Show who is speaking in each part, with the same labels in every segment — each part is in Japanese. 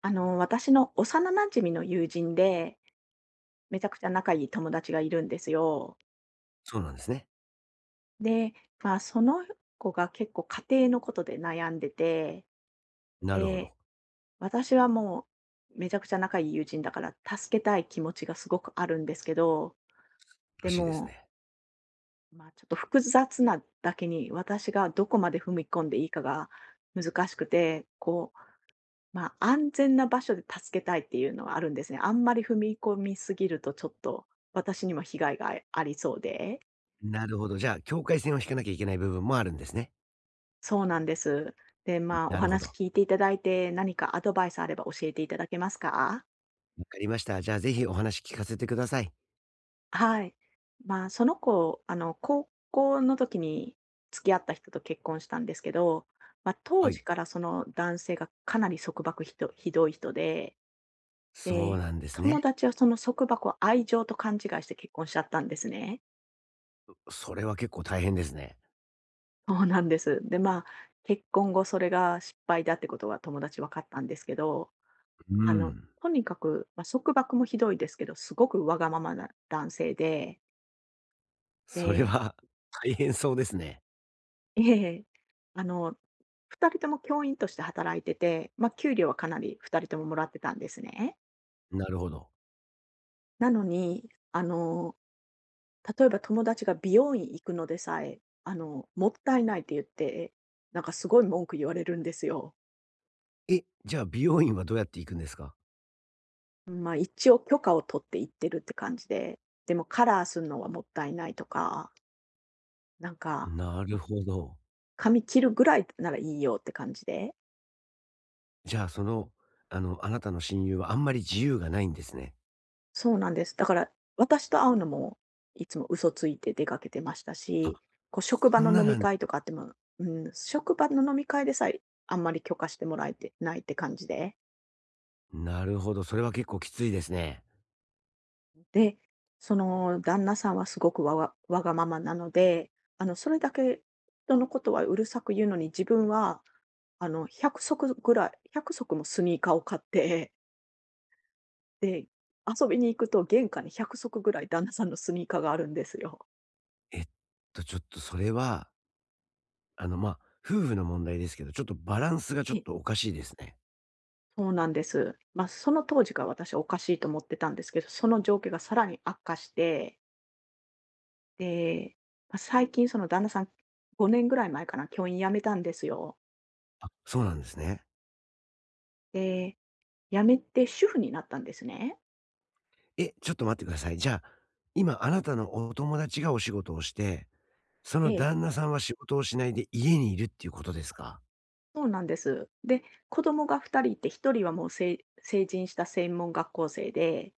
Speaker 1: 私の幼馴染の友人で、めちゃくちゃ仲いい友達がいるんですよ。
Speaker 2: そうなんですね。
Speaker 1: で、まあ、その子が結構家庭のことで悩んでて、
Speaker 2: なるほ
Speaker 1: で、
Speaker 2: ど。
Speaker 1: 私はもうめちゃくちゃ仲いい友人だから助けたい気持ちがすごくあるんですけど、
Speaker 2: ら
Speaker 1: で
Speaker 2: しいです
Speaker 1: も、
Speaker 2: ね。
Speaker 1: まあ、ちょっと複雑なだけに私がどこまで踏み込んでいいかが難しくて、こう、まあ、安全な場所で助けたいっていうのはあるんですね。あんまり踏み込みすぎるとちょっと、私にも被害がありそうで。
Speaker 2: なるほど。じゃあ、境界線を引かなきゃいけない部分もあるんですね。
Speaker 1: そうなんです。で、まあ、お
Speaker 2: なるほ
Speaker 1: 話
Speaker 2: ど。
Speaker 1: 聞いていただいて、何かアドバイスあれば教えていただけますか？
Speaker 2: わかりました。じゃあ、ぜひお話聞かせてください。
Speaker 1: はい。まあ、その子、高校の時に付き合った人と結婚したんですけど、まあ、当
Speaker 2: は
Speaker 1: 時
Speaker 2: い。
Speaker 1: からその男性がかなり束縛ひどい人で、
Speaker 2: そう
Speaker 1: で、
Speaker 2: なんですね。
Speaker 1: 友達はその束縛を愛情と勘違いして結婚しちゃったんですね。
Speaker 2: それは結構大変ですね。
Speaker 1: そうなんです。で、まあ、結婚後それが失敗だってことは友達分かったんですけど、
Speaker 2: う
Speaker 1: あの、
Speaker 2: ん。
Speaker 1: とにかく、まあ、束縛もひどいですけど、すごくわがままな男性で、
Speaker 2: それ
Speaker 1: で、
Speaker 2: は 大変そうですね。
Speaker 1: ええ、あの、2人とも教員として働いてて、まあ、給料はかなり2人とももらってたんですね。
Speaker 2: なるほど。
Speaker 1: なのに、例えば友達が美容院行くのでさえ、もったいないって言って、なんかすごい文句言われるんですよ。
Speaker 2: え、じゃあ美容院はどうやって行くんですか？
Speaker 1: まあ、一応許可を取って行ってるって感じで、でもカラーするのはもったいないとか、なんか、
Speaker 2: なる
Speaker 1: ま、
Speaker 2: ほど。
Speaker 1: 髪切るぐらいならいいよって感じで。
Speaker 2: じゃあ、その、あなたの親友はあんまり自由がないんですね。
Speaker 1: そうなんです。だから、私と会うのも、いつも嘘ついて出かけてました
Speaker 2: あ、
Speaker 1: し、こう職場
Speaker 2: そん
Speaker 1: の
Speaker 2: な
Speaker 1: 飲
Speaker 2: な
Speaker 1: み
Speaker 2: んだ。
Speaker 1: 会とかあっても、うん、職場の飲み会でさえ、あんまり許可してもらえてないって感じで。
Speaker 2: なるほど、それは結構きついですね。
Speaker 1: で、その旦那さんはすごくわがままなので、それだけ人のことはうるさく言うのに、自分は100足ぐらい、1足もスニーカーを買って、で、遊びに行くと玄関に100足ぐらい旦那さんのスニーカーがあるんですよ。
Speaker 2: えっちょっとそれは、あの、ま、あ夫婦の問題ですけど、ちょっとバランスがちょ
Speaker 1: え
Speaker 2: っ
Speaker 1: え。
Speaker 2: とおかしいですね。
Speaker 1: そうなんです。まあ、その当時から私はおかしいと思ってたんですけど、その情景がさらに悪化して、で、まあ、最近その旦那さん5年ぐらい前かな、教員辞めたんですよ。
Speaker 2: あ、そうなんですね。
Speaker 1: で、辞めて主婦になったんですね。
Speaker 2: え、ちょっと待ってください。じゃあ、今あなたのお友達がお仕事をして、そ
Speaker 1: え
Speaker 2: の
Speaker 1: え。
Speaker 2: 旦那さんは仕事をしないで家にいるっていうことですか？
Speaker 1: そうなんです。で、子供が2人いて、1人はもう成人した専門学校生で、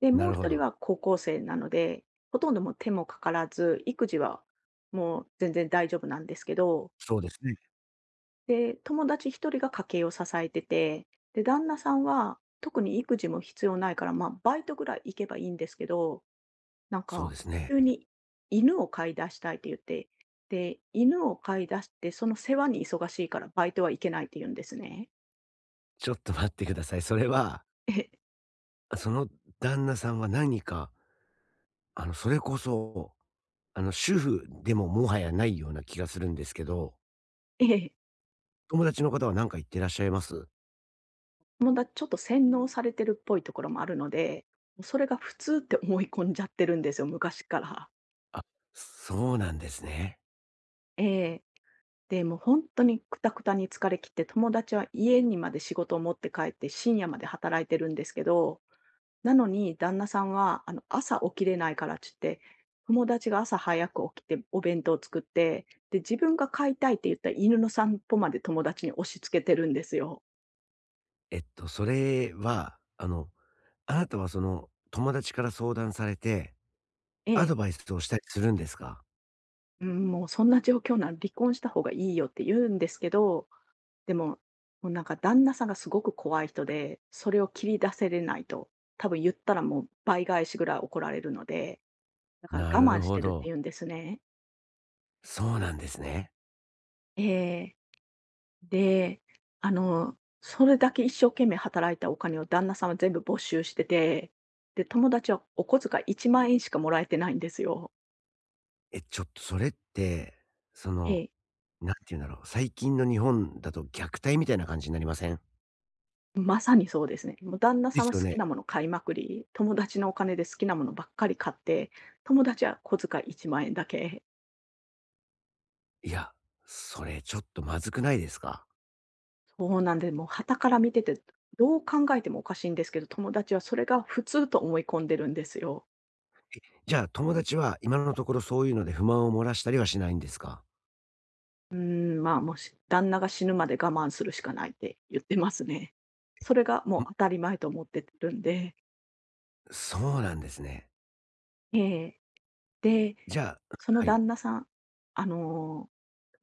Speaker 1: で、
Speaker 2: な
Speaker 1: もう
Speaker 2: るほ
Speaker 1: 一人
Speaker 2: ど。
Speaker 1: は高校生なので、ほとんどもう手もかからず、育児はもう全然大丈夫なんですけど、
Speaker 2: そうですね。
Speaker 1: で、友達一人が家計を支えてて、で、旦那さんは特に育児も必要ないから、まあ、バイトぐらい行けばいいんですけど、なん
Speaker 2: そう
Speaker 1: か
Speaker 2: ですね。
Speaker 1: 急に犬を飼い出したいって言って、で、犬を飼い出して、その世話に忙しいからバイトは行けないって言うんですね。
Speaker 2: ちょっと待ってください。それは、
Speaker 1: ええ
Speaker 2: その旦那さんは何か、あの、それこそ、あの、主婦でももはやないような気がするんですけど、
Speaker 1: ええ。
Speaker 2: 友達の方は何か言ってらっしゃいます？
Speaker 1: もう、ちょっと洗脳されてるっぽいところもあるので、もうそれが普通って思い込んじゃってるんですよ、昔から。
Speaker 2: あ、そうなんですね。
Speaker 1: ええ。で、もう本当にくたくたに疲れ切って、友達は家にまで仕事を持って帰って深夜まで働いてるんですけど、なのに旦那さんは、朝起きれないからって言って、友達が朝早く起きてお弁当を作って、で、自分が飼いたいって言った犬の散歩まで友達に押し付けてるんですよ。
Speaker 2: それは、あなたはその、友達から相談されて、
Speaker 1: え
Speaker 2: アドバ
Speaker 1: え。
Speaker 2: イスをしたりするんですか？
Speaker 1: うん、もうそんな状況なら離婚した方がいいよって言うんですけど、でも、もうなんか旦那さんがすごく怖い人で、それを切り出せれないと、多分言ったらもう倍返しぐらい怒られるので、だから
Speaker 2: な
Speaker 1: 我
Speaker 2: る
Speaker 1: 慢し
Speaker 2: ほ
Speaker 1: てるって
Speaker 2: ど。
Speaker 1: 言うんですね。
Speaker 2: そうなんですね。
Speaker 1: ええ。で、それだけ一生懸命働いたお金を旦那さんは全部没収してて、で、友達はお小遣い1万円しかもらえてないんですよ。
Speaker 2: え、ちょっとそれって、そ
Speaker 1: え
Speaker 2: の、
Speaker 1: え、
Speaker 2: なんて言うんだろう、最近の日本だと虐待みたいな感じになりません？
Speaker 1: まさにそうですね。もう旦那
Speaker 2: で
Speaker 1: さんは
Speaker 2: すよ
Speaker 1: 好き
Speaker 2: ね。
Speaker 1: なもの買いまくり、友達のお金で好きなものばっかり買って、友達は小遣い1万円だけ。
Speaker 2: いや、それちょっとまずくないですか？
Speaker 1: そうなんで、もう傍から見てて、どう考えてもおかしいんですけど、友達はそれが普通と思い込んでるんですよ。
Speaker 2: じゃあ、友達は今のところそういうので不満を漏らしたりはしないんですか？
Speaker 1: うーん、まあ、もし旦那が死ぬまで我慢するしかないって言ってますね。それがも
Speaker 2: ん、
Speaker 1: う当たり前と思ってるんで。
Speaker 2: そうなんですね。
Speaker 1: ええ。で、
Speaker 2: じゃあ、
Speaker 1: その
Speaker 2: はい。
Speaker 1: 旦那さん、あの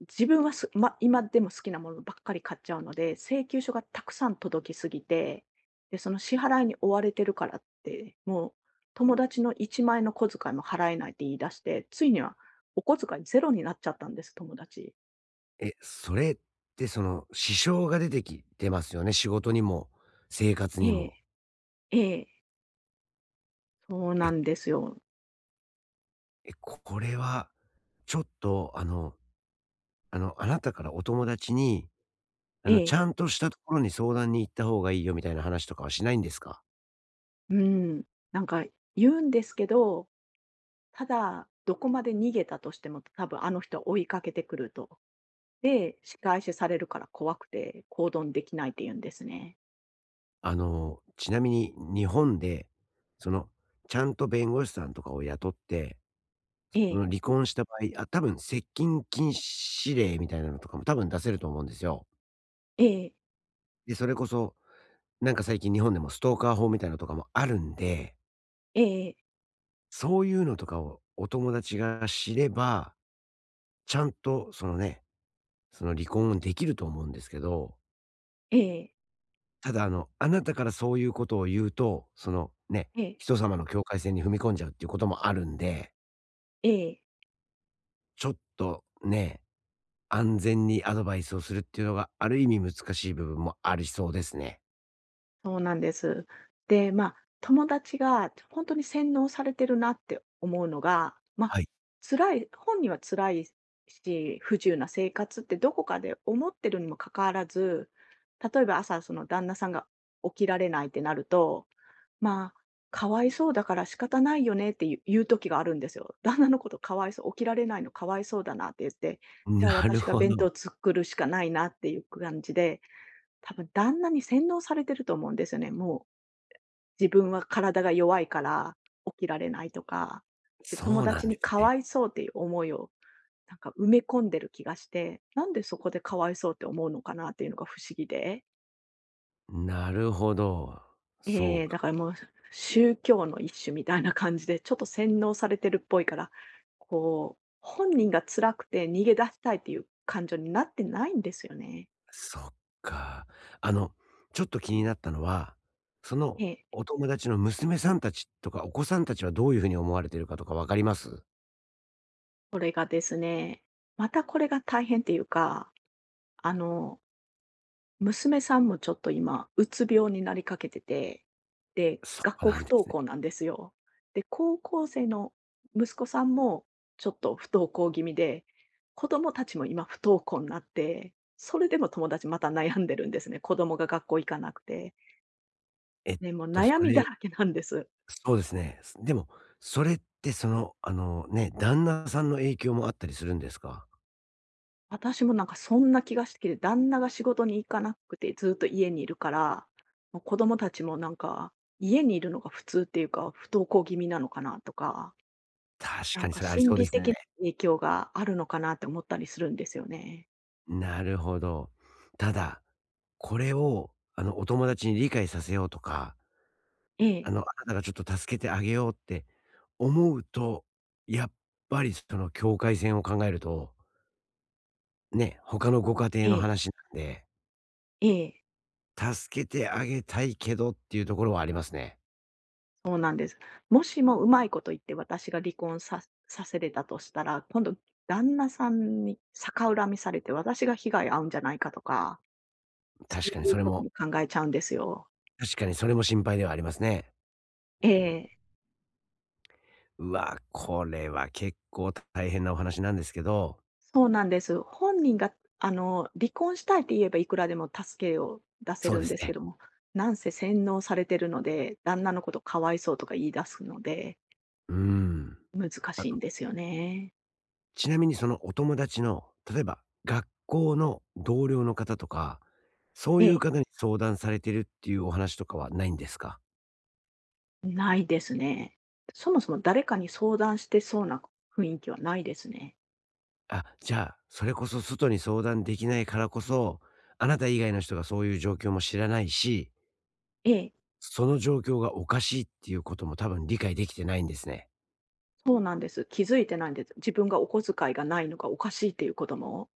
Speaker 1: 自分は今でも好きなものばっかり買っちゃうので、請求書がたくさん届きすぎて、で、その支払いに追われてるからって、もう友達の1枚円の小遣いも払えないって言い出して、ついにはお小遣いゼロになっちゃったんです、友達。
Speaker 2: え、それってその支障が出てきてますよね。仕事にも生活に
Speaker 1: え
Speaker 2: も。
Speaker 1: え、ええ、そう
Speaker 2: え、
Speaker 1: なんですよ。
Speaker 2: え、これはちょっと、あなたからお友達に、
Speaker 1: え
Speaker 2: ち
Speaker 1: え、
Speaker 2: ゃんとしたところに相談に行った方がいいよみたいな話とかはしないんですか？
Speaker 1: うん。なんか言うんですけど、ただ、どこまで逃げたとしても、多分あの人は追いかけてくると。で、仕返しされるから怖くて行動できないって言うんですね。
Speaker 2: ちなみに日本で、その、ちゃんと弁護士さんとかを雇って
Speaker 1: え
Speaker 2: その
Speaker 1: え、
Speaker 2: 離婚した場合、あ、多分接近禁止令みたいなのとかも多分出せると思うんですよ。
Speaker 1: ええ、
Speaker 2: で、それこそ、なんか最近日本でもストーカー法みたいなのとかもあるんで、
Speaker 1: ええ、
Speaker 2: そういうのとかをお友達が知れば、ちゃんとそのね、その離婚できると思うんですけど、
Speaker 1: ええ、
Speaker 2: ただあなたからそういうことを言うと、そのね、
Speaker 1: ええ、
Speaker 2: 人様の境界線に踏み込んじゃうっていうこともあるんで、
Speaker 1: ええ。
Speaker 2: ちょっとね、安全にアドバイスをするっていうのがある意味難しい部分もありそうですね。
Speaker 1: そうなんです。で、まあ、友達が本当に洗脳されてるなって思うのが、ま
Speaker 2: は
Speaker 1: あ、
Speaker 2: い。
Speaker 1: 辛い本人は辛いし、不自由な生活ってどこかで思ってるにもかかわらず、例えば朝、その旦那さんが起きられないってなると、まあ、かわいそうだから仕方ないよねっていう言う時があるんですよ。旦那のことかわいそう、起きられないのかわいそうだなって言って、じゃあ
Speaker 2: なる
Speaker 1: 私が
Speaker 2: ほ
Speaker 1: 弁
Speaker 2: ど。
Speaker 1: 当作るしかないなっていう感じで、多分旦那に洗脳されてると思うんですよね。もう自分は体が弱いから起きられないとか、で、友
Speaker 2: そうな
Speaker 1: 達
Speaker 2: んで
Speaker 1: に
Speaker 2: す
Speaker 1: かわ
Speaker 2: ね。
Speaker 1: いそうっていう思いをなんか埋め込んでる気がして、なんでそこでかわいそうって思うのかなっていうのが不思議で。
Speaker 2: なるほど。そ
Speaker 1: え
Speaker 2: う
Speaker 1: え、
Speaker 2: か。
Speaker 1: だからもう宗教の一種みたいな感じで、ちょっと洗脳されてるっぽいから、こう、本人が辛くて逃げ出したいっていう感情になってないんですよね。
Speaker 2: そっか。あの、ちょっと気になったのは、その
Speaker 1: ええ、
Speaker 2: お友達の娘さんたちとかお子さんたちはどういうふうに思われてるかとかわかります？
Speaker 1: これがですね、またこれが大変っていうか、あの娘さんもちょっと今、うつ病になりかけてて、で、
Speaker 2: そ
Speaker 1: 学
Speaker 2: う
Speaker 1: 校
Speaker 2: なん
Speaker 1: 不
Speaker 2: で
Speaker 1: 登
Speaker 2: すね。
Speaker 1: 校なんですよ。で、高校生の息子さんもちょっと不登校気味で、子供たちも今不登校になって、それでも友達また悩んでるんですね。子供が学校行かなくて。
Speaker 2: えっ
Speaker 1: ね、もう
Speaker 2: と、
Speaker 1: 悩
Speaker 2: そ
Speaker 1: みだ
Speaker 2: れ
Speaker 1: らけなんです。
Speaker 2: そうですね。す、でも、それってその、旦那さんの影響もあったりするんですか？
Speaker 1: 私もなんかそんな気がしてきて、旦那が仕事に行かなくてずっと家にいるから、もう子供たちもなんか家にいるのが普通っていうか、不登校気味なのかなとか、
Speaker 2: 確
Speaker 1: な
Speaker 2: か
Speaker 1: ん
Speaker 2: に
Speaker 1: か
Speaker 2: それあり
Speaker 1: 心
Speaker 2: そうで
Speaker 1: 理
Speaker 2: す
Speaker 1: 的
Speaker 2: ね。
Speaker 1: な影響があるのかなって思ったりするんですよね。
Speaker 2: なるほど。ただ、これを、お友達に理解させようとか、
Speaker 1: ええ、
Speaker 2: あなたがちょっと助けてあげようって思うと、やっぱりその境界線を考えると、ね、他のご家庭
Speaker 1: え
Speaker 2: の
Speaker 1: え、
Speaker 2: 話なんで、
Speaker 1: ええ、
Speaker 2: 助けてあげたいけどっていうところはありますね。
Speaker 1: そうなんです。もしもうまいこと言って私が離婚させれたとしたら、今度旦那さんに逆恨みされて私が被害遭うんじゃないかとか、そ
Speaker 2: 確かに
Speaker 1: ういう
Speaker 2: それ
Speaker 1: こと
Speaker 2: も
Speaker 1: も考えちゃうんですよ。
Speaker 2: 確かにそれも心配ではありますね。
Speaker 1: ええ、
Speaker 2: うわ、これは結構大変なお話なんですけど、
Speaker 1: そうなんです。本人が離婚したいって言えばいくらでも助けを出せ
Speaker 2: そう
Speaker 1: る
Speaker 2: で
Speaker 1: ん
Speaker 2: す
Speaker 1: ですけ
Speaker 2: ね。
Speaker 1: ども、なんせ洗脳されてるので、旦那のことかわいそうとか言い出すので。
Speaker 2: うーん。
Speaker 1: 難
Speaker 2: あの
Speaker 1: しいんですよね。
Speaker 2: ちなみにそのお友達の、例えば学校の同僚の方とか、そう
Speaker 1: え
Speaker 2: いう
Speaker 1: え、
Speaker 2: 方に相談されてるっていうお話とかはないんですか？
Speaker 1: ないですね。そもそも誰かに相談してそうな雰囲気はないですね。
Speaker 2: あ、じゃあ、それこそ外に相談できないからこそ、あなた以外の人がそういう状況も知らないし、
Speaker 1: ええ、
Speaker 2: その状況がおかしいっていうことも多分理解できてないんですね。
Speaker 1: そうなんです。気づいてないんです。自分がお小遣いがないのがおかしいっていうことも、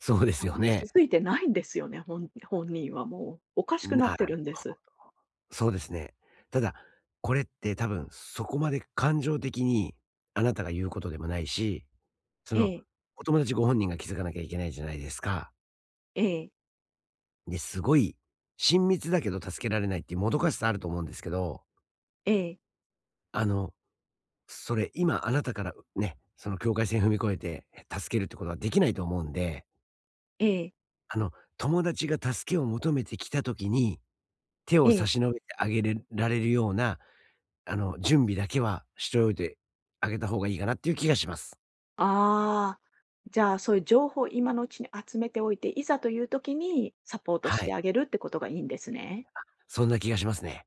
Speaker 2: そうで
Speaker 1: なん
Speaker 2: すよ
Speaker 1: か気
Speaker 2: ね。
Speaker 1: づいてないんですよね、本人はもう。おかしくな
Speaker 2: な
Speaker 1: って
Speaker 2: る
Speaker 1: るんで
Speaker 2: ほ
Speaker 1: す。
Speaker 2: ど。そうですね。ただ、これって多分そこまで感情的にあなたが言うことでもないし、そ
Speaker 1: え
Speaker 2: の、
Speaker 1: え、
Speaker 2: お友達ご本人が気づかなきゃいけないじゃないですか。
Speaker 1: ええ、
Speaker 2: で、すごい親密だけど助けられないっていうもどかしさあると思うんですけど、
Speaker 1: ええ、
Speaker 2: あの、それ今あなたから、ね、その境界線踏み越えて助けるってことはできないと思うんで、
Speaker 1: ええ、
Speaker 2: 友達が助けを求めてきた時に、手
Speaker 1: え
Speaker 2: を差
Speaker 1: え。
Speaker 2: し伸べてあげれられるような、準備だけはしておいてあげた方がいいかなっていう気がします。
Speaker 1: ああ、じゃあ、そういう情報を今のうちに集めておいて、いざという時にサポートし
Speaker 2: は
Speaker 1: て
Speaker 2: い。
Speaker 1: あげるってことがいいんですね。
Speaker 2: そんな気がしますね。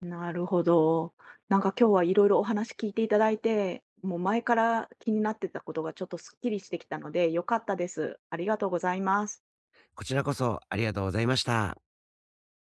Speaker 1: なるほど。なんか今日はいろいろお話聞いていただいて、もう前から気になってたことがちょっとすっきりしてきたので、良かったです。ありがとうございます。
Speaker 2: こちらこそありがとうございました。